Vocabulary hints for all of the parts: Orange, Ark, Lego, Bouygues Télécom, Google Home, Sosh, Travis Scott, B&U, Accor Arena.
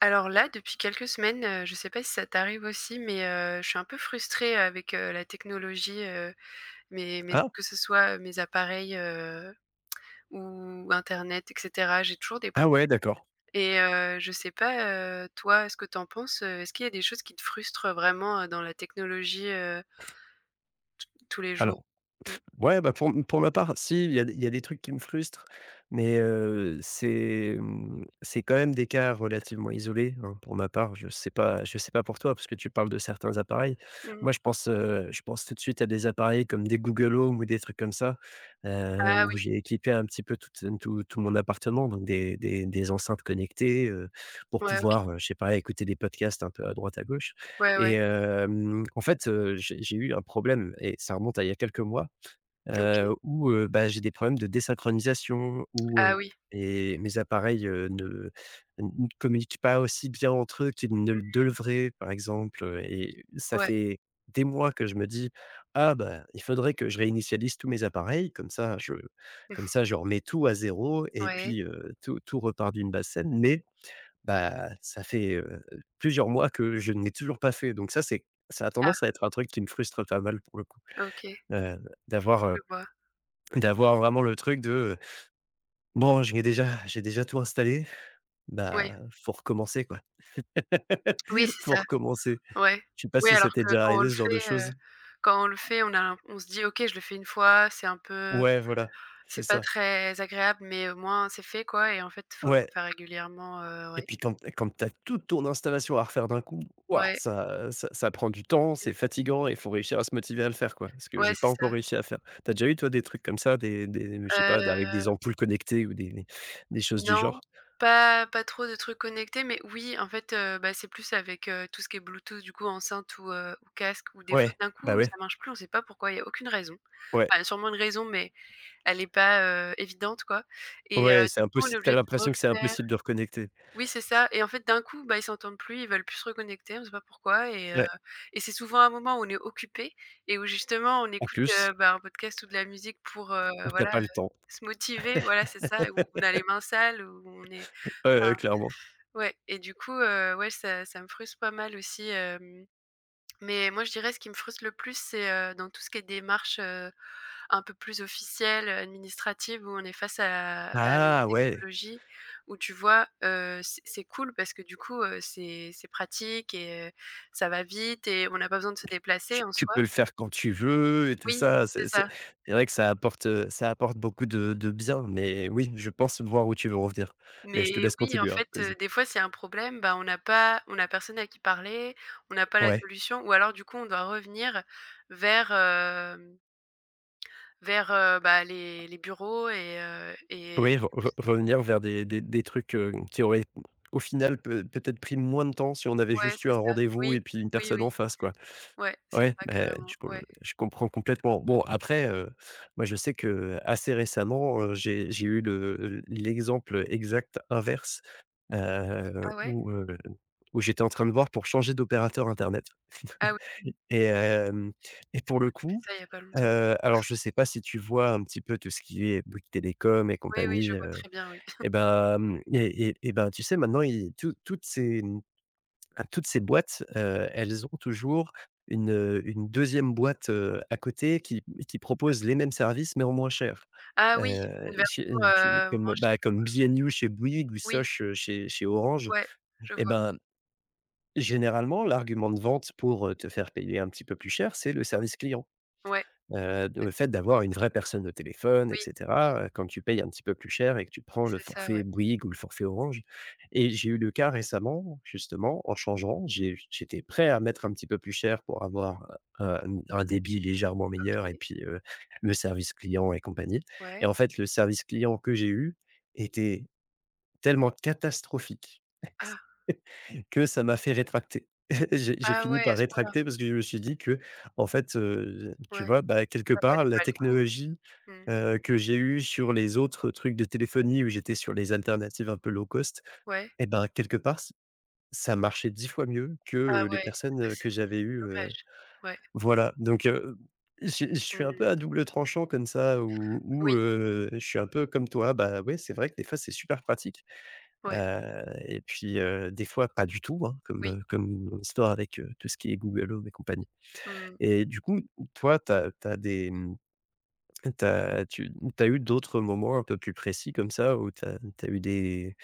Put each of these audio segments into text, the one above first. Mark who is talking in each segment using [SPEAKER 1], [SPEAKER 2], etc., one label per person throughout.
[SPEAKER 1] Alors là, depuis quelques semaines, je sais pas si ça t'arrive aussi, mais je suis un peu frustrée avec, la technologie, mes mes
[SPEAKER 2] Ah!
[SPEAKER 1] que ce soit, mes appareils, ou internet et cetera. J'ai toujours des
[SPEAKER 2] Ah
[SPEAKER 1] problèmes
[SPEAKER 2] ouais, d'accord.
[SPEAKER 1] et je sais pas, toi, ce que t'en penses, est-ce qu'il y a des choses qui te frustrent vraiment, dans la technologie, tous les jours?
[SPEAKER 2] Alors,
[SPEAKER 1] Mmh.
[SPEAKER 2] ouais, bah, pour ma part, si, il y a des trucs qui me frustrent, mais c'est, c'est quand même des cas relativement isolés, hein, pour ma part. Je sais pas pour toi, parce que tu parles de certains appareils.
[SPEAKER 1] Mmh.
[SPEAKER 2] Moi, je pense tout de suite à des appareils comme des Google Home ou des trucs comme ça,
[SPEAKER 1] Ah
[SPEAKER 2] où
[SPEAKER 1] oui.
[SPEAKER 2] j'ai équipé un petit peu tout mon appartement, donc des enceintes connectées, pour
[SPEAKER 1] Ouais, OK.
[SPEAKER 2] pouvoir, je sais pas, écouter des podcasts un peu à droite, à gauche
[SPEAKER 1] Ouais,
[SPEAKER 2] et
[SPEAKER 1] ouais.
[SPEAKER 2] en fait, j'ai eu un problème et ça remonte à il y a quelques mois,
[SPEAKER 1] OK.
[SPEAKER 2] où, bah, j'ai des problèmes de désynchronisation, où,
[SPEAKER 1] Ah oui.
[SPEAKER 2] mes appareils, ne communiquent pas aussi bien entre eux qu'ils ne le
[SPEAKER 1] Mmh.
[SPEAKER 2] devraient, par exemple, et ça
[SPEAKER 1] Ouais.
[SPEAKER 2] fait des mois que je me dis: «Ah bah, il faudrait que je réinitialise tous mes appareils, comme ça je remets tout à zéro et
[SPEAKER 1] Ouais.
[SPEAKER 2] puis, tout repart d'une basse saine», mais bah, ça fait, plusieurs mois que je ne l'ai toujours pas fait, donc ça, c'est ça a
[SPEAKER 1] Ah,
[SPEAKER 2] tendance à être un truc qui me frustre pas mal pour le coup,
[SPEAKER 1] OK.
[SPEAKER 2] heu, d'avoir, euh,
[SPEAKER 1] Je vois.
[SPEAKER 2] d'avoir vraiment le truc de, «Bon, j'ai déjà tout installé,
[SPEAKER 1] Ouais.
[SPEAKER 2] bah, faut recommencer, quoi».
[SPEAKER 1] Oui,
[SPEAKER 2] Faut
[SPEAKER 1] c'est ça.
[SPEAKER 2] recommencer.
[SPEAKER 1] Ouais.
[SPEAKER 2] Je sais pas
[SPEAKER 1] Oui,
[SPEAKER 2] si ça
[SPEAKER 1] alors
[SPEAKER 2] t'est
[SPEAKER 1] que
[SPEAKER 2] déjà
[SPEAKER 1] quand on
[SPEAKER 2] arrivé
[SPEAKER 1] le
[SPEAKER 2] ce genre de
[SPEAKER 1] fait,
[SPEAKER 2] choses?
[SPEAKER 1] on a l'im on se dit: «OK, je le fais une fois, c'est un peu
[SPEAKER 2] Ouais, voilà,
[SPEAKER 1] c'est
[SPEAKER 2] c'est
[SPEAKER 1] pas
[SPEAKER 2] ça.
[SPEAKER 1] très agréable, mais au moins c'est fait quoi» et en fait, faut le
[SPEAKER 2] Ouais
[SPEAKER 1] faire régulièrement,
[SPEAKER 2] et
[SPEAKER 1] ouais.
[SPEAKER 2] puis quand tu as toute ton installation à refaire d'un coup, ouah,
[SPEAKER 1] Ouais,
[SPEAKER 2] ça prend du temps, c'est fatigant et il faut réussir à se motiver à le faire, quoi. Ce
[SPEAKER 1] mmh,
[SPEAKER 2] que
[SPEAKER 1] ouais,
[SPEAKER 2] j'ai
[SPEAKER 1] c'est
[SPEAKER 2] pas encore
[SPEAKER 1] ça.
[SPEAKER 2] réussi à faire. T'as déjà eu toi des trucs comme ça, des je sais pas, d avec des
[SPEAKER 1] Heu,
[SPEAKER 2] ampoules connectées ou des choses du
[SPEAKER 1] non,
[SPEAKER 2] genre?
[SPEAKER 1] pas trop de trucs connectés, mais oui, en fait, bah, c'est plus avec, tout ce qui est Bluetooth du coup, enceinte ou, ou casque ou des fois
[SPEAKER 2] Ouais,
[SPEAKER 1] d'un
[SPEAKER 2] bah,
[SPEAKER 1] coup,
[SPEAKER 2] ouais,
[SPEAKER 1] ça marche plus, on sait pas pourquoi, il n'y a aucune raison.
[SPEAKER 2] ouais,
[SPEAKER 1] Enfin, il y a sûrement une raison, mais elle n'est pas, évidente quoi et
[SPEAKER 2] ouais, c'est
[SPEAKER 1] du coup, on est
[SPEAKER 2] impossible, t'as
[SPEAKER 1] obligé de
[SPEAKER 2] l'impression que c'est
[SPEAKER 1] refaire.
[SPEAKER 2] impossible de reconnecter.
[SPEAKER 1] Oui, c'est ça et en fait, d'un coup, bah, ils s'entendent plus, ils veulent plus se reconnecter, on sait pas pourquoi et heu
[SPEAKER 2] Ouais,
[SPEAKER 1] et c'est souvent un moment où on est occupé et où justement on
[SPEAKER 2] en
[SPEAKER 1] écoute,
[SPEAKER 2] plus,
[SPEAKER 1] bah, un podcast ou de la musique pour,
[SPEAKER 2] ou tu as
[SPEAKER 1] voilà,
[SPEAKER 2] pas le temps.
[SPEAKER 1] se motiver. Voilà, c'est ça, où on a les mains sales, où on est
[SPEAKER 2] Ouais,
[SPEAKER 1] enfin,
[SPEAKER 2] ouais, clairement.
[SPEAKER 1] ouais et du coup, ouais, ça me frustre pas mal aussi, mais moi, je dirais ce qui me frustre le plus, c'est, dans tout ce qui est démarche, un peu plus officielle, administrative, où on est face à des
[SPEAKER 2] Ah ouais,
[SPEAKER 1] technologies, où tu vois, c'est cool parce que du coup, c'est pratique et ça va vite et on n'a pas besoin de se
[SPEAKER 2] tu
[SPEAKER 1] déplacer en soi.
[SPEAKER 2] peux le faire quand tu veux et tout
[SPEAKER 1] Oui,
[SPEAKER 2] ça,
[SPEAKER 1] c'est
[SPEAKER 2] c'est
[SPEAKER 1] ça.
[SPEAKER 2] c'est vrai que ça apporte beaucoup de bien, mais oui, je pense voir où tu veux revenir. Mais je te
[SPEAKER 1] Mais
[SPEAKER 2] laisse
[SPEAKER 1] oui, en
[SPEAKER 2] continuer, hein,
[SPEAKER 1] fait,
[SPEAKER 2] vas-y.
[SPEAKER 1] des fois, c'est un problème, bah, on n'a pas on a personne à qui parler, on n'a pas la
[SPEAKER 2] Ouais.
[SPEAKER 1] solution ou alors du coup, on doit revenir vers, hem, vers, bah, les bureaux et
[SPEAKER 2] Oui, re
[SPEAKER 1] du coup,
[SPEAKER 2] re
[SPEAKER 1] c'est
[SPEAKER 2] revenir vers des trucs, qui auraient au final peut-être pris moins de temps si on avait
[SPEAKER 1] ouais,
[SPEAKER 2] juste eu
[SPEAKER 1] c'est
[SPEAKER 2] un
[SPEAKER 1] ça.
[SPEAKER 2] rendez-vous
[SPEAKER 1] Oui,
[SPEAKER 2] et puis une
[SPEAKER 1] oui,
[SPEAKER 2] personne
[SPEAKER 1] oui.
[SPEAKER 2] en face, quoi.
[SPEAKER 1] Ouais, c'est
[SPEAKER 2] Ouais,
[SPEAKER 1] ça
[SPEAKER 2] beh,
[SPEAKER 1] carrément, ouais.
[SPEAKER 2] je comprends complètement. Bon après, moi je sais que assez récemment, j'ai eu le l'exemple exact inverse,
[SPEAKER 1] Ah ouais?
[SPEAKER 2] où, où j'étais en train de voir pour changer d'opérateur internet
[SPEAKER 1] Ah oui,
[SPEAKER 2] et hem et pour le
[SPEAKER 1] j'ai fait
[SPEAKER 2] coup,
[SPEAKER 1] ça il y a pas longtemps.
[SPEAKER 2] alors je ne sais pas si tu vois un petit peu tout ce qui est Bouygues Télécom et
[SPEAKER 1] Oui, oui, je
[SPEAKER 2] compagnie,
[SPEAKER 1] vois très bien, oui.
[SPEAKER 2] et ben, et ben, tu sais maintenant, ils tout, toutes ces bah, toutes ces boîtes, elles ont toujours une 2e boîte, à côté qui propose les mêmes services mais en moins cher.
[SPEAKER 1] Ah oui, une
[SPEAKER 2] Chez
[SPEAKER 1] version,
[SPEAKER 2] mmh, tu comme,
[SPEAKER 1] moins
[SPEAKER 2] bah,
[SPEAKER 1] chère.
[SPEAKER 2] comme B&U chez Bouygues ou
[SPEAKER 1] Oui,
[SPEAKER 2] Sosh, chez Orange
[SPEAKER 1] ouais, je
[SPEAKER 2] et
[SPEAKER 1] vois.
[SPEAKER 2] ben, généralement, l'argument de vente pour, te faire payer un petit peu plus cher, c'est le service client.
[SPEAKER 1] Ouais,
[SPEAKER 2] D Fait
[SPEAKER 1] exactement.
[SPEAKER 2] d'avoir une vraie personne au téléphone et
[SPEAKER 1] Oui,
[SPEAKER 2] cetera, quand tu payes un petit peu plus cher et que tu prends le
[SPEAKER 1] c'est ça, ouais.
[SPEAKER 2] forfait Bouygues ou le forfait Orange et j'ai eu le cas récemment, justement, en changeant, j'étais prêt à mettre un petit peu plus cher pour avoir, un débit légèrement meilleur et
[SPEAKER 1] OK,
[SPEAKER 2] puis, le service client et compagnie et
[SPEAKER 1] ouais.
[SPEAKER 2] en fait, le service client que j'ai eu était tellement catastrophique
[SPEAKER 1] Ah!
[SPEAKER 2] que ça m'a fait rétracter. J'ai
[SPEAKER 1] Ah
[SPEAKER 2] fini
[SPEAKER 1] ouais, à
[SPEAKER 2] par
[SPEAKER 1] ce point-là.
[SPEAKER 2] rétracter parce que je me suis dit que, en fait, tu
[SPEAKER 1] Ouais,
[SPEAKER 2] vois, bah, quelque
[SPEAKER 1] ça
[SPEAKER 2] part,
[SPEAKER 1] valait
[SPEAKER 2] la
[SPEAKER 1] pas le coup.
[SPEAKER 2] technologie,
[SPEAKER 1] Mmh.
[SPEAKER 2] que j'ai eue sur les autres trucs de téléphonie où j'étais sur les alternatives un peu low cost
[SPEAKER 1] Ouais.
[SPEAKER 2] et ben, quelque part, ç ça marchait 10 fois mieux que,
[SPEAKER 1] Ah
[SPEAKER 2] les
[SPEAKER 1] ouais,
[SPEAKER 2] personnes,
[SPEAKER 1] ah ça
[SPEAKER 2] que
[SPEAKER 1] c'est
[SPEAKER 2] j'avais eues,
[SPEAKER 1] dommage. Ouais.
[SPEAKER 2] voilà, donc je suis un
[SPEAKER 1] Mmh.
[SPEAKER 2] peu à double tranchant comme ça où
[SPEAKER 1] Oui,
[SPEAKER 2] je suis un peu comme toi, bah, ouais, c'est vrai que des fois, c'est super pratique.
[SPEAKER 1] ouais,
[SPEAKER 2] Et puis, des fois pas du tout, hein, comme,
[SPEAKER 1] oui.
[SPEAKER 2] comme mon histoire avec, tout ce qui est Google Home et compagnie
[SPEAKER 1] Mmh.
[SPEAKER 2] et du coup, toi, t'as des, t'as tu as eu d'autres moments un peu plus précis comme ça où tu as eu des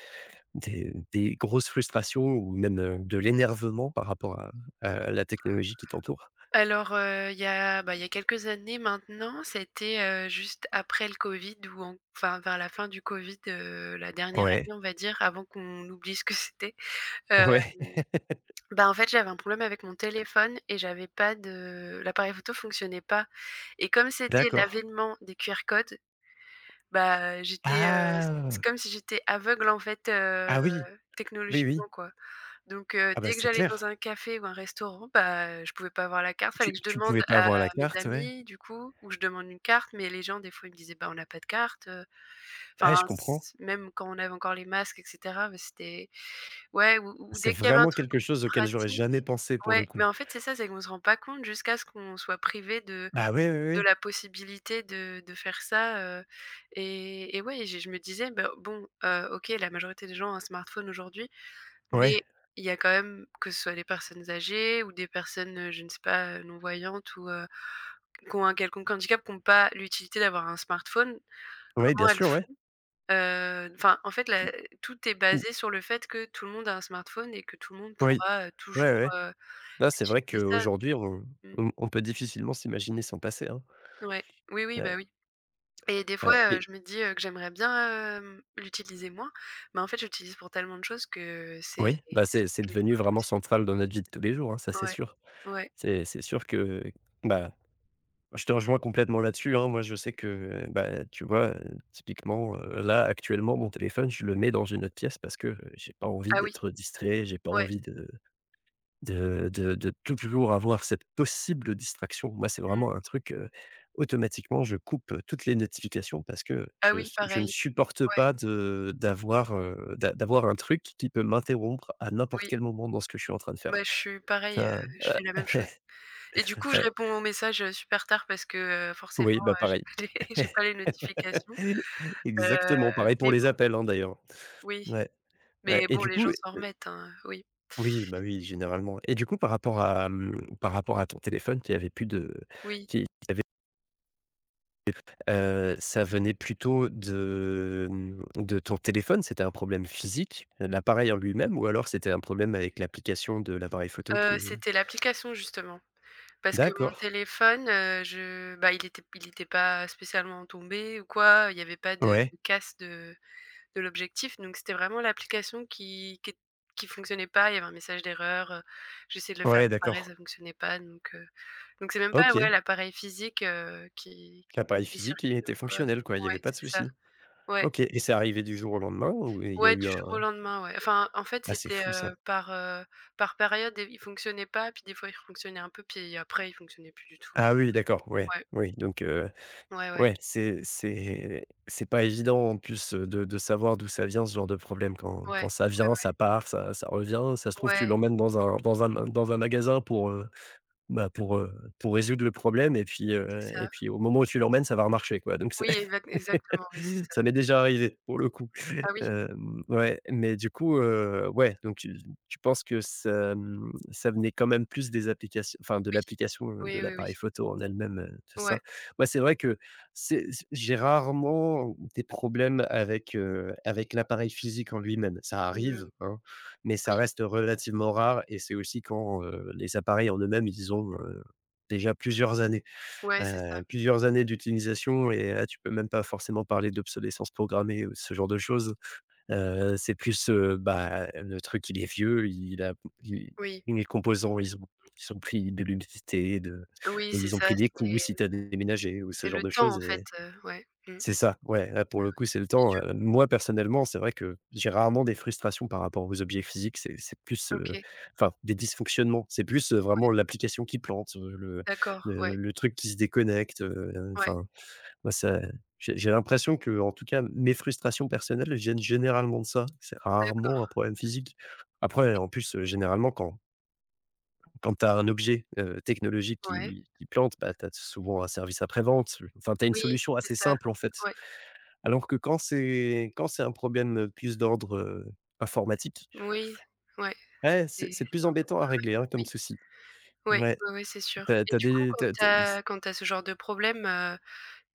[SPEAKER 2] des des grosses frustrations ou même, de l'énervement par rapport à la technologie qui t'entoure?
[SPEAKER 1] Alors, bah, il y a quelques années maintenant, c'était, juste après le covid ou en enfin, vers la fin du covid, la dernière
[SPEAKER 2] Ouais,
[SPEAKER 1] année, on va dire, avant qu'on oublie ce que c'était. Hem,
[SPEAKER 2] ouais,
[SPEAKER 1] bah, en fait, j'avais un problème avec mon téléphone et j'avais pas de l'appareil photo fonctionnait pas et comme c'était
[SPEAKER 2] d'accord.
[SPEAKER 1] l'avènement des QR codes, bah, c'est
[SPEAKER 2] Ah!
[SPEAKER 1] comme si j'étais aveugle, en fait,
[SPEAKER 2] Ah oui, oui, oui.
[SPEAKER 1] technologiquement, quoi. Donc
[SPEAKER 2] Ah bah,
[SPEAKER 1] dès que
[SPEAKER 2] c'est
[SPEAKER 1] j'allais dans
[SPEAKER 2] clair.
[SPEAKER 1] un café ou un restaurant, bah, je pouvais pas avoir la carte, fallait
[SPEAKER 2] Tu
[SPEAKER 1] que je demande
[SPEAKER 2] pouvais pas
[SPEAKER 1] à
[SPEAKER 2] avoir la
[SPEAKER 1] mes
[SPEAKER 2] carte, ouais.
[SPEAKER 1] amis du coup, ou je demande une carte, mais les gens des fois ils me disaient: «Bah, on n'a pas de carte»,
[SPEAKER 2] Ouais, je
[SPEAKER 1] enfin
[SPEAKER 2] comprends.
[SPEAKER 1] c même quand on avait encore les masques et cetera, bah, c'était ouais ou
[SPEAKER 2] C'est
[SPEAKER 1] dès qu'il y avait un
[SPEAKER 2] vraiment
[SPEAKER 1] truc
[SPEAKER 2] quelque chose auquel j'aurais jamais
[SPEAKER 1] pratique
[SPEAKER 2] pensé pour le
[SPEAKER 1] ouais, mais
[SPEAKER 2] coup.
[SPEAKER 1] en fait c'est ça, c'est qu'on se rend pas compte jusqu'à ce qu'on soit privé
[SPEAKER 2] Ah oui, oui,
[SPEAKER 1] de
[SPEAKER 2] oui.
[SPEAKER 1] la possibilité de faire ça, et ouais, je me disais: «Bah, bon, OK, la majorité des gens ont un smartphone aujourd'hui». Mais
[SPEAKER 2] Ouais,
[SPEAKER 1] il y a quand même, que ce soit les personnes âgées ou des personnes, je ne sais pas, non-voyantes ou, qui ont un quelconque handicap, qui n'ont pas l'utilité d'avoir un smartphone,
[SPEAKER 2] ouais, bien
[SPEAKER 1] comment elles
[SPEAKER 2] sûr, ouais.
[SPEAKER 1] font? Enfin, en fait, la tout est
[SPEAKER 2] Mmh,
[SPEAKER 1] basé sur le fait que tout le monde a un smartphone et que tout le monde
[SPEAKER 2] oui.
[SPEAKER 1] pourra,
[SPEAKER 2] Ouais,
[SPEAKER 1] toujours,
[SPEAKER 2] ouais. Là, c'est vrai
[SPEAKER 1] utiliser ça.
[SPEAKER 2] qu'aujourd'hui, on
[SPEAKER 1] Mmh,
[SPEAKER 2] on peut difficilement s'imaginer s'en passer, hein.
[SPEAKER 1] ouais. Oui, oui,
[SPEAKER 2] Ouais,
[SPEAKER 1] bah, oui et des
[SPEAKER 2] ouais
[SPEAKER 1] fois,
[SPEAKER 2] et
[SPEAKER 1] je me dis, que j'aimerais bien, l'utiliser moins, mais en fait, j'utilise pour tellement de choses que c'est
[SPEAKER 2] oui, bah,
[SPEAKER 1] c'est
[SPEAKER 2] c'est
[SPEAKER 1] quasiment
[SPEAKER 2] devenu vraiment
[SPEAKER 1] impossible.
[SPEAKER 2] central dans notre vie de tous les jours, hein, ça, c'est
[SPEAKER 1] Ouais.
[SPEAKER 2] sûr.
[SPEAKER 1] Ouais.
[SPEAKER 2] C'est sûr que, bah, je te rejoins complètement là-dessus, hein. Moi, je sais que, bah, tu vois, typiquement, là, actuellement, mon téléphone, je le mets dans une autre pièce parce que, j'ai pas envie
[SPEAKER 1] Ah oui,
[SPEAKER 2] d'être distrait, j'ai pas
[SPEAKER 1] ouais.
[SPEAKER 2] envie de de toujours avoir cette possible distraction. Moi, c'est
[SPEAKER 1] Mmh.
[SPEAKER 2] vraiment un truc, automatiquement, je coupe, toutes les notifications parce que
[SPEAKER 1] Ah oui,
[SPEAKER 2] je ne
[SPEAKER 1] pareil.
[SPEAKER 2] supporte
[SPEAKER 1] Ouais,
[SPEAKER 2] pas de d'avoir un truc qui peut m'interrompre à n'importe
[SPEAKER 1] oui.
[SPEAKER 2] quel moment dans ce que je suis en train de faire.
[SPEAKER 1] Bah, je suis pareil,
[SPEAKER 2] Ça,
[SPEAKER 1] je fais la même chose et du coup, je
[SPEAKER 2] ouais.
[SPEAKER 1] réponds aux messages, super tard parce que, forcément,
[SPEAKER 2] Oui, bah,
[SPEAKER 1] j'ai
[SPEAKER 2] pareil.
[SPEAKER 1] pas les j'ai pas les notifications, heu,
[SPEAKER 2] Exactement, pareil pour
[SPEAKER 1] mais bon,
[SPEAKER 2] les appels, hein, d'ailleurs.
[SPEAKER 1] oui,
[SPEAKER 2] Ouais, ouais
[SPEAKER 1] mais
[SPEAKER 2] et
[SPEAKER 1] bon,
[SPEAKER 2] du
[SPEAKER 1] les
[SPEAKER 2] coup
[SPEAKER 1] gens s'en remettent, hein, oui,
[SPEAKER 2] oui, bah, oui, généralement, et du coup, par rapport à, par rapport à ton téléphone qui avait plus de
[SPEAKER 1] oui.
[SPEAKER 2] qui avait ça venait plutôt de, de ton téléphone? C'était un problème physique, l'appareil en lui-même, ou alors c'était un problème avec l'application de l'appareil photo qui
[SPEAKER 1] C'était l'application justement parce que mon
[SPEAKER 2] d'accord.
[SPEAKER 1] téléphone, je bah, il était pas spécialement tombé ou quoi, il y avait pas de
[SPEAKER 2] Ouais,
[SPEAKER 1] de casse de l'objectif, donc c'était vraiment l'application qui fonctionnait pas, il y avait un message d'erreur, j'essayais de le faire
[SPEAKER 2] ouais,
[SPEAKER 1] réparer,
[SPEAKER 2] d'accord.
[SPEAKER 1] ça fonctionnait pas donc donc c'est même pas, ouais,
[SPEAKER 2] OK.
[SPEAKER 1] l'appareil physique, qui
[SPEAKER 2] L'appareil
[SPEAKER 1] brouille les
[SPEAKER 2] physique, il
[SPEAKER 1] circuits
[SPEAKER 2] était
[SPEAKER 1] ou quoi.
[SPEAKER 2] fonctionnel, quoi, il y avait
[SPEAKER 1] Ouais,
[SPEAKER 2] pas de
[SPEAKER 1] c'est ça.
[SPEAKER 2] souci.
[SPEAKER 1] Ouais,
[SPEAKER 2] OK, et c'est arrivé du jour au lendemain ou il y a
[SPEAKER 1] ouais,
[SPEAKER 2] eu
[SPEAKER 1] du jour au
[SPEAKER 2] un...
[SPEAKER 1] lendemain, ouais. Enfin, en fait,
[SPEAKER 2] Ah, c'est
[SPEAKER 1] c'était,
[SPEAKER 2] fou ça.
[SPEAKER 1] par période et il fonctionnait pas, puis des fois il fonctionnait un peu, puis après il fonctionnait plus du tout.
[SPEAKER 2] Ah oui, d'accord, ouais,
[SPEAKER 1] Ouais,
[SPEAKER 2] oui, donc
[SPEAKER 1] ouais, ouais,
[SPEAKER 2] ouais, c'est pas évident, en plus, de savoir d'où ça vient, ce genre de problème. Quand
[SPEAKER 1] ouais,
[SPEAKER 2] ça vient, ça part, ça revient. Ça se trouve, tu
[SPEAKER 1] ouais,
[SPEAKER 2] l'emmènes dans un magasin pour, bah, pour résoudre le problème
[SPEAKER 1] c'est
[SPEAKER 2] et
[SPEAKER 1] ça.
[SPEAKER 2] puis au moment où tu l'emmènes, ça va remarcher, quoi, donc c'est...
[SPEAKER 1] Oui, exactement, oui, c'est ça.
[SPEAKER 2] Ça m'est déjà arrivé pour le coup.
[SPEAKER 1] Ah oui?
[SPEAKER 2] Ouais, mais du coup, ouais, donc tu penses que ça, ça venait quand même plus des applications, enfin de
[SPEAKER 1] Oui.
[SPEAKER 2] l'application, de
[SPEAKER 1] Oui, oui, oui.
[SPEAKER 2] l'appareil photo en elle-même, tout ça.
[SPEAKER 1] Ouais.
[SPEAKER 2] Moi, c'est vrai que c'est j'ai rarement des problèmes avec, avec l'appareil physique en lui-même. Ça
[SPEAKER 1] Mmh.
[SPEAKER 2] arrive, hein, mais ça
[SPEAKER 1] Oui.
[SPEAKER 2] reste relativement rare et c'est aussi quand, les appareils en eux-mêmes, ils ont, déjà
[SPEAKER 1] Ouais, c'est ça.
[SPEAKER 2] plusieurs années d'utilisation et là, tu peux même pas forcément parler d'obsolescence programmée ou ce genre de choses. C'est plus, bah, le truc, il est vieux, il a il
[SPEAKER 1] Oui,
[SPEAKER 2] les composants, ils ont pris de l'humidité, de
[SPEAKER 1] oui,
[SPEAKER 2] mais
[SPEAKER 1] c'est
[SPEAKER 2] ils ont
[SPEAKER 1] ça,
[SPEAKER 2] pris des
[SPEAKER 1] c'est
[SPEAKER 2] coups si tu as déménagé ou ce
[SPEAKER 1] c'est
[SPEAKER 2] genre
[SPEAKER 1] le
[SPEAKER 2] de
[SPEAKER 1] temps
[SPEAKER 2] choses
[SPEAKER 1] en fait,
[SPEAKER 2] et
[SPEAKER 1] ouais. Mmh.
[SPEAKER 2] c'est ça, ouais, là, pour
[SPEAKER 1] Oui,
[SPEAKER 2] le coup, c'est le
[SPEAKER 1] bien
[SPEAKER 2] temps. Moi, personnellement, c'est vrai que j'ai rarement des frustrations par rapport aux objets physiques. C'est plus,
[SPEAKER 1] OK,
[SPEAKER 2] enfin, des dysfonctionnements. C'est plus, vraiment l'application qui plante, le
[SPEAKER 1] d'accord,
[SPEAKER 2] le
[SPEAKER 1] ouais,
[SPEAKER 2] le truc qui se déconnecte,
[SPEAKER 1] ouais,
[SPEAKER 2] enfin, moi, ça j'ai l'impression que, en tout cas, mes frustrations personnelles viennent généralement de ça. C'est
[SPEAKER 1] d'accord
[SPEAKER 2] rarement un problème physique. Après,
[SPEAKER 1] et
[SPEAKER 2] en plus, généralement, quand tu as un objet, technologique
[SPEAKER 1] ouais,
[SPEAKER 2] qui plante, bah, tu as souvent un service après-vente. Enfin, tu as une
[SPEAKER 1] oui,
[SPEAKER 2] solution assez
[SPEAKER 1] c'est ça.
[SPEAKER 2] simple, en fait.
[SPEAKER 1] Ouais,
[SPEAKER 2] Alors que quand c'est un problème, plus d'ordre, informatique,
[SPEAKER 1] oui, ouais,
[SPEAKER 2] ouais, c'est
[SPEAKER 1] c'est
[SPEAKER 2] c'est
[SPEAKER 1] c'est
[SPEAKER 2] plus
[SPEAKER 1] un
[SPEAKER 2] embêtant à
[SPEAKER 1] programme,
[SPEAKER 2] régler, hein, comme
[SPEAKER 1] oui.
[SPEAKER 2] souci.
[SPEAKER 1] Ouais,
[SPEAKER 2] Ouais,
[SPEAKER 1] ouais, ouais, c'est sûr
[SPEAKER 2] t'as
[SPEAKER 1] et
[SPEAKER 2] as
[SPEAKER 1] du coup,
[SPEAKER 2] des tu as...
[SPEAKER 1] quand t'as ce genre de problème,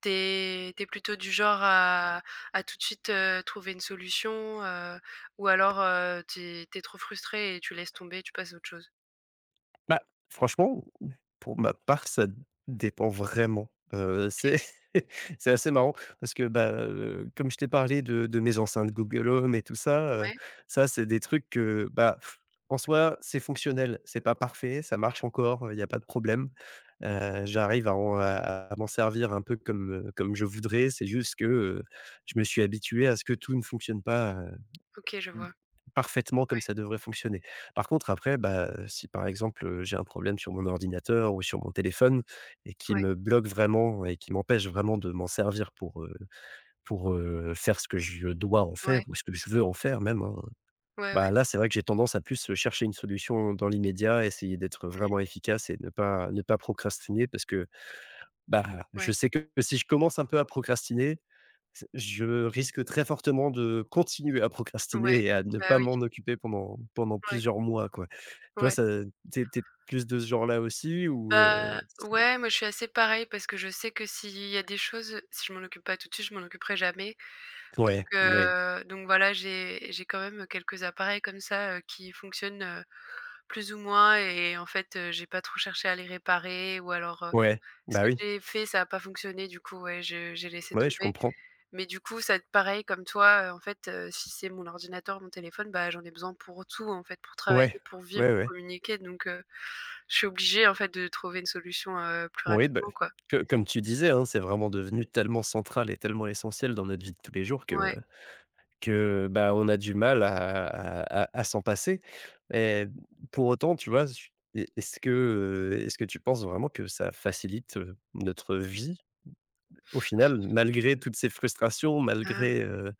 [SPEAKER 1] t'es es plutôt du genre à tout de suite, trouver une solution, ou alors, t'es es trop frustré et tu laisses tomber, tu passes à autre chose?
[SPEAKER 2] Bah, franchement, pour ma part, ça dépend vraiment. C'est
[SPEAKER 1] OK,
[SPEAKER 2] c'est assez marrant parce que, bah, comme je t'ai parlé de mes enceintes Google Home et tout ça,
[SPEAKER 1] ouais,
[SPEAKER 2] ça, c'est des trucs que, bah, en soi, c'est fonctionnel. C'est pas parfait, ça marche encore, il y a pas de problème. J'arrive à en à à m'en servir un peu comme, comme je voudrais. C'est juste que, je me suis habitué à ce que tout ne fonctionne pas,
[SPEAKER 1] OK, je
[SPEAKER 2] Mmh.
[SPEAKER 1] vois.
[SPEAKER 2] Parfaitement comme ça devrait fonctionner. Par contre après, bah, si par exemple, j'ai un problème sur mon ordinateur ou sur mon téléphone et qui
[SPEAKER 1] Ouais,
[SPEAKER 2] me bloque vraiment et qui m'empêche vraiment de m'en servir pour, faire ce que je dois en faire
[SPEAKER 1] ouais.
[SPEAKER 2] ou ce que je veux en faire même, hein,
[SPEAKER 1] Ouais, ouais.
[SPEAKER 2] bah, là, c'est vrai que j'ai tendance à plus, chercher une solution dans l'immédiat, essayer d'être
[SPEAKER 1] Mmh.
[SPEAKER 2] vraiment efficace et ne pas procrastiner parce que, bah, je
[SPEAKER 1] Ouais,
[SPEAKER 2] sais que si je commence un peu à procrastiner, C je risque très fortement de continuer à
[SPEAKER 1] ouais.
[SPEAKER 2] procrastiner et à ne
[SPEAKER 1] Bah,
[SPEAKER 2] pas
[SPEAKER 1] oui.
[SPEAKER 2] m'en occuper pendant
[SPEAKER 1] Ouais,
[SPEAKER 2] plusieurs mois, quoi. Toi,
[SPEAKER 1] ouais.
[SPEAKER 2] ça tu es plus de ce genre-là aussi ou?
[SPEAKER 1] Bah, ouais, moi, je suis assez pareil parce que je sais que s'il y a des choses, si je m'en occupe pas tout de suite, je m'en occuperai jamais.
[SPEAKER 2] Ouais,
[SPEAKER 1] Donc
[SPEAKER 2] oui,
[SPEAKER 1] donc voilà, j'ai quand même quelques appareils comme ça, qui fonctionnent, plus ou moins et en fait, j'ai pas trop cherché à les réparer ou alors,
[SPEAKER 2] ouais,
[SPEAKER 1] ce
[SPEAKER 2] bah,
[SPEAKER 1] que
[SPEAKER 2] oui,
[SPEAKER 1] j'ai fait, ça a pas fonctionné, du coup, ouais, je j'ai laissé
[SPEAKER 2] ouais, je
[SPEAKER 1] tomber.
[SPEAKER 2] comprends.
[SPEAKER 1] Mais du coup, ça pareil comme toi, en fait, si c'est mon ordinateur, mon téléphone, bah, j'en ai besoin pour tout, en fait, pour travailler,
[SPEAKER 2] Ouais,
[SPEAKER 1] pour vivre,
[SPEAKER 2] ouais,
[SPEAKER 1] pour
[SPEAKER 2] ouais.
[SPEAKER 1] communiquer donc je suis obligée, en fait, de trouver une solution, plus
[SPEAKER 2] Oui, bah,
[SPEAKER 1] rapidement, quoi.
[SPEAKER 2] que comme tu disais, hein, c'est vraiment devenu tellement central et tellement essentiel dans notre vie de tous les jours que
[SPEAKER 1] Ouais,
[SPEAKER 2] Que, bah, on a du mal à s'en passer et pour autant, tu vois, j est est-ce que tu penses vraiment que ça facilite, notre vie au final, malgré toutes ces frustrations,
[SPEAKER 1] hem,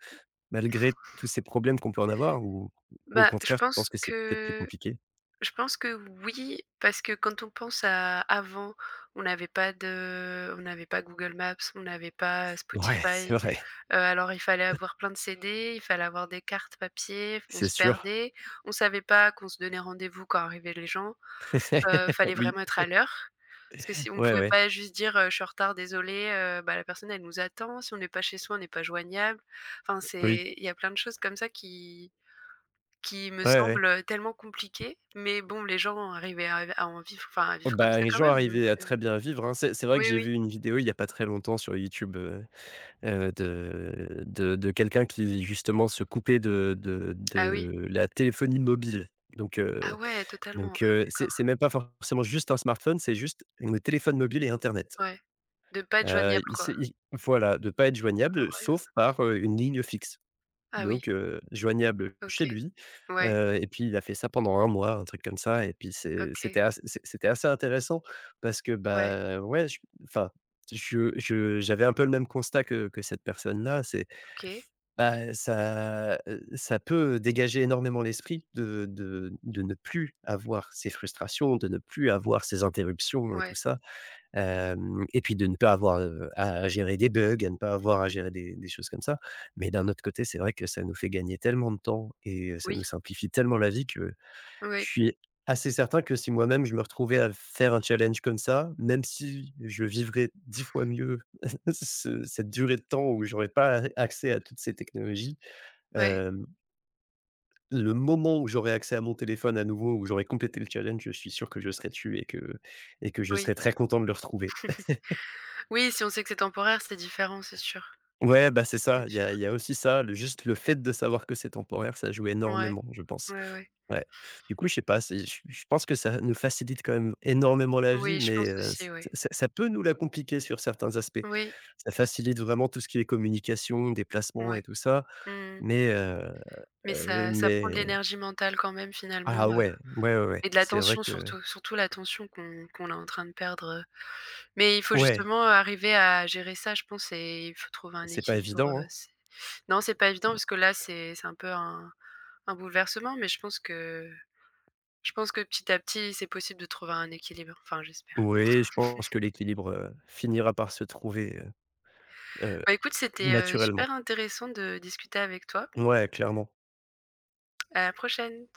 [SPEAKER 2] malgré tous ces problèmes qu'on peut en avoir ou au
[SPEAKER 1] bah,
[SPEAKER 2] contraire, tu penses que c'est peut-être plus compliqué?
[SPEAKER 1] je pense que oui, parce que quand on pense à avant, on n'avait pas Google Maps, on n'avait pas
[SPEAKER 2] Ouais, c'est
[SPEAKER 1] Spotify,
[SPEAKER 2] vrai,
[SPEAKER 1] alors il fallait avoir plein de CD, il fallait avoir des cartes papier, on
[SPEAKER 2] c'est
[SPEAKER 1] se
[SPEAKER 2] sûr.
[SPEAKER 1] perdait, on savait pas qu'on se donnait rendez-vous quand arrivaient les gens. heu, fallait
[SPEAKER 2] Oui,
[SPEAKER 1] vraiment être à l'heure. Parce que si on
[SPEAKER 2] ouais,
[SPEAKER 1] pouvait
[SPEAKER 2] ouais,
[SPEAKER 1] pas juste dire, «Je suis en retard, désolé bah, la personne elle nous attend, si on n'est pas chez soi, on n'est pas joignable. Enfin
[SPEAKER 2] oui,
[SPEAKER 1] c'est il y a plein de choses comme ça qui me
[SPEAKER 2] ouais, ouais.
[SPEAKER 1] semblent, tellement compliquées, mais bon les gens arrivaient à vivre comme
[SPEAKER 2] Bah,
[SPEAKER 1] ça
[SPEAKER 2] les
[SPEAKER 1] quand
[SPEAKER 2] gens
[SPEAKER 1] même donc
[SPEAKER 2] arrivaient à très bien vivre, hein. C'est vrai que
[SPEAKER 1] oui,
[SPEAKER 2] j'ai
[SPEAKER 1] oui.
[SPEAKER 2] vu une vidéo il n'y a pas très longtemps sur YouTube, de quelqu'un qui justement se coupait de de
[SPEAKER 1] Ah oui.
[SPEAKER 2] de la téléphonie mobile. Donc
[SPEAKER 1] Ah
[SPEAKER 2] heu
[SPEAKER 1] ouais totalement.
[SPEAKER 2] donc
[SPEAKER 1] Ah oui
[SPEAKER 2] heu, c'est
[SPEAKER 1] d'accord.
[SPEAKER 2] c'est même pas forcément juste un smartphone, c'est juste le téléphone mobile et internet.
[SPEAKER 1] Ouais. De pas être joignable
[SPEAKER 2] Il se
[SPEAKER 1] quoi.
[SPEAKER 2] il Voilà, de pas être
[SPEAKER 1] Ah
[SPEAKER 2] joignable
[SPEAKER 1] ouais.
[SPEAKER 2] sauf par, une ligne fixe.
[SPEAKER 1] Ah oui.
[SPEAKER 2] Donc, joignable chez
[SPEAKER 1] OK.
[SPEAKER 2] lui,
[SPEAKER 1] Ouais.
[SPEAKER 2] et puis il a fait ça pendant un mois, un truc comme ça et puis c'est
[SPEAKER 1] OK.
[SPEAKER 2] c'était ass c'est c'était assez intéressant parce que,
[SPEAKER 1] Ouais.
[SPEAKER 2] bah, ouais, je enfin, je j'avais un peu le même constat que cette personne-là. C'est
[SPEAKER 1] OK.
[SPEAKER 2] Bah, ça peut dégager énormément l'esprit de ne plus avoir ces frustrations, de ne plus avoir ces interruptions et tout
[SPEAKER 1] Ouais.
[SPEAKER 2] ça. Hem Et puis de ne pas avoir, à gérer des bugs, à ne pas avoir à gérer des choses comme ça. Mais d'un autre côté, c'est vrai que ça nous fait gagner tellement de temps et ça nous
[SPEAKER 1] Oui.
[SPEAKER 2] simplifie tellement la vie que je
[SPEAKER 1] Oui.
[SPEAKER 2] suis assez certain que si moi-même je me retrouvais à faire un challenge comme ça, même si je vivrais 10 fois mieux ce cette durée de temps où j'aurais pas accès à toutes ces technologies,
[SPEAKER 1] Ouais.
[SPEAKER 2] Hem, le moment où j'aurai accès à mon téléphone à nouveau, où j'aurai complété le challenge, je suis sûr que je serai dessus et que je
[SPEAKER 1] Oui.
[SPEAKER 2] serai très content de le retrouver.
[SPEAKER 1] Oui, si on sait que c'est temporaire, c'est différent, c'est sûr.
[SPEAKER 2] Ouais, bah, c'est ça,
[SPEAKER 1] C'est
[SPEAKER 2] il y
[SPEAKER 1] sûr.
[SPEAKER 2] a il y a aussi ça, le juste le fait de savoir que c'est temporaire, ça joue
[SPEAKER 1] Ouais,
[SPEAKER 2] énormément, je pense.
[SPEAKER 1] ouais, ouais.
[SPEAKER 2] Ouais. Du coup, je sais pas, c'est je pense que ça nous facilite quand même énormément la vie,
[SPEAKER 1] Oui, je
[SPEAKER 2] mais,
[SPEAKER 1] pense
[SPEAKER 2] ç
[SPEAKER 1] aussi, oui.
[SPEAKER 2] ça ça peut nous la compliquer sur certains aspects.
[SPEAKER 1] Oui,
[SPEAKER 2] Ça facilite vraiment tout ce qui est communication, déplacement et
[SPEAKER 1] ouais.
[SPEAKER 2] tout ça,
[SPEAKER 1] Mmh.
[SPEAKER 2] mais, heu
[SPEAKER 1] Mais
[SPEAKER 2] heu,
[SPEAKER 1] ça prend de
[SPEAKER 2] mais
[SPEAKER 1] l'énergie mentale quand même finalement,
[SPEAKER 2] ah ouais, ouais, ouais, ouais,
[SPEAKER 1] et de
[SPEAKER 2] c'est vrai
[SPEAKER 1] l'attention
[SPEAKER 2] que
[SPEAKER 1] surtout, surtout l'attention qu'on est en train de perdre, Mais il faut
[SPEAKER 2] Ouais,
[SPEAKER 1] justement arriver à gérer ça, je pense et il faut trouver un
[SPEAKER 2] c'est pas
[SPEAKER 1] équilibre,
[SPEAKER 2] évident, hein.
[SPEAKER 1] c'est non, c'est pas évident parce que là, c'est un peu un bouleversement, mais je pense que petit à petit, c'est possible de trouver un équilibre. Enfin, j'espère.
[SPEAKER 2] Oui, je pense que l'équilibre, finira par se trouver, heu,
[SPEAKER 1] Bah, écoute, c'était, super
[SPEAKER 2] naturellement.
[SPEAKER 1] intéressant de discuter avec toi.
[SPEAKER 2] Ouais, clairement.
[SPEAKER 1] À la prochaine.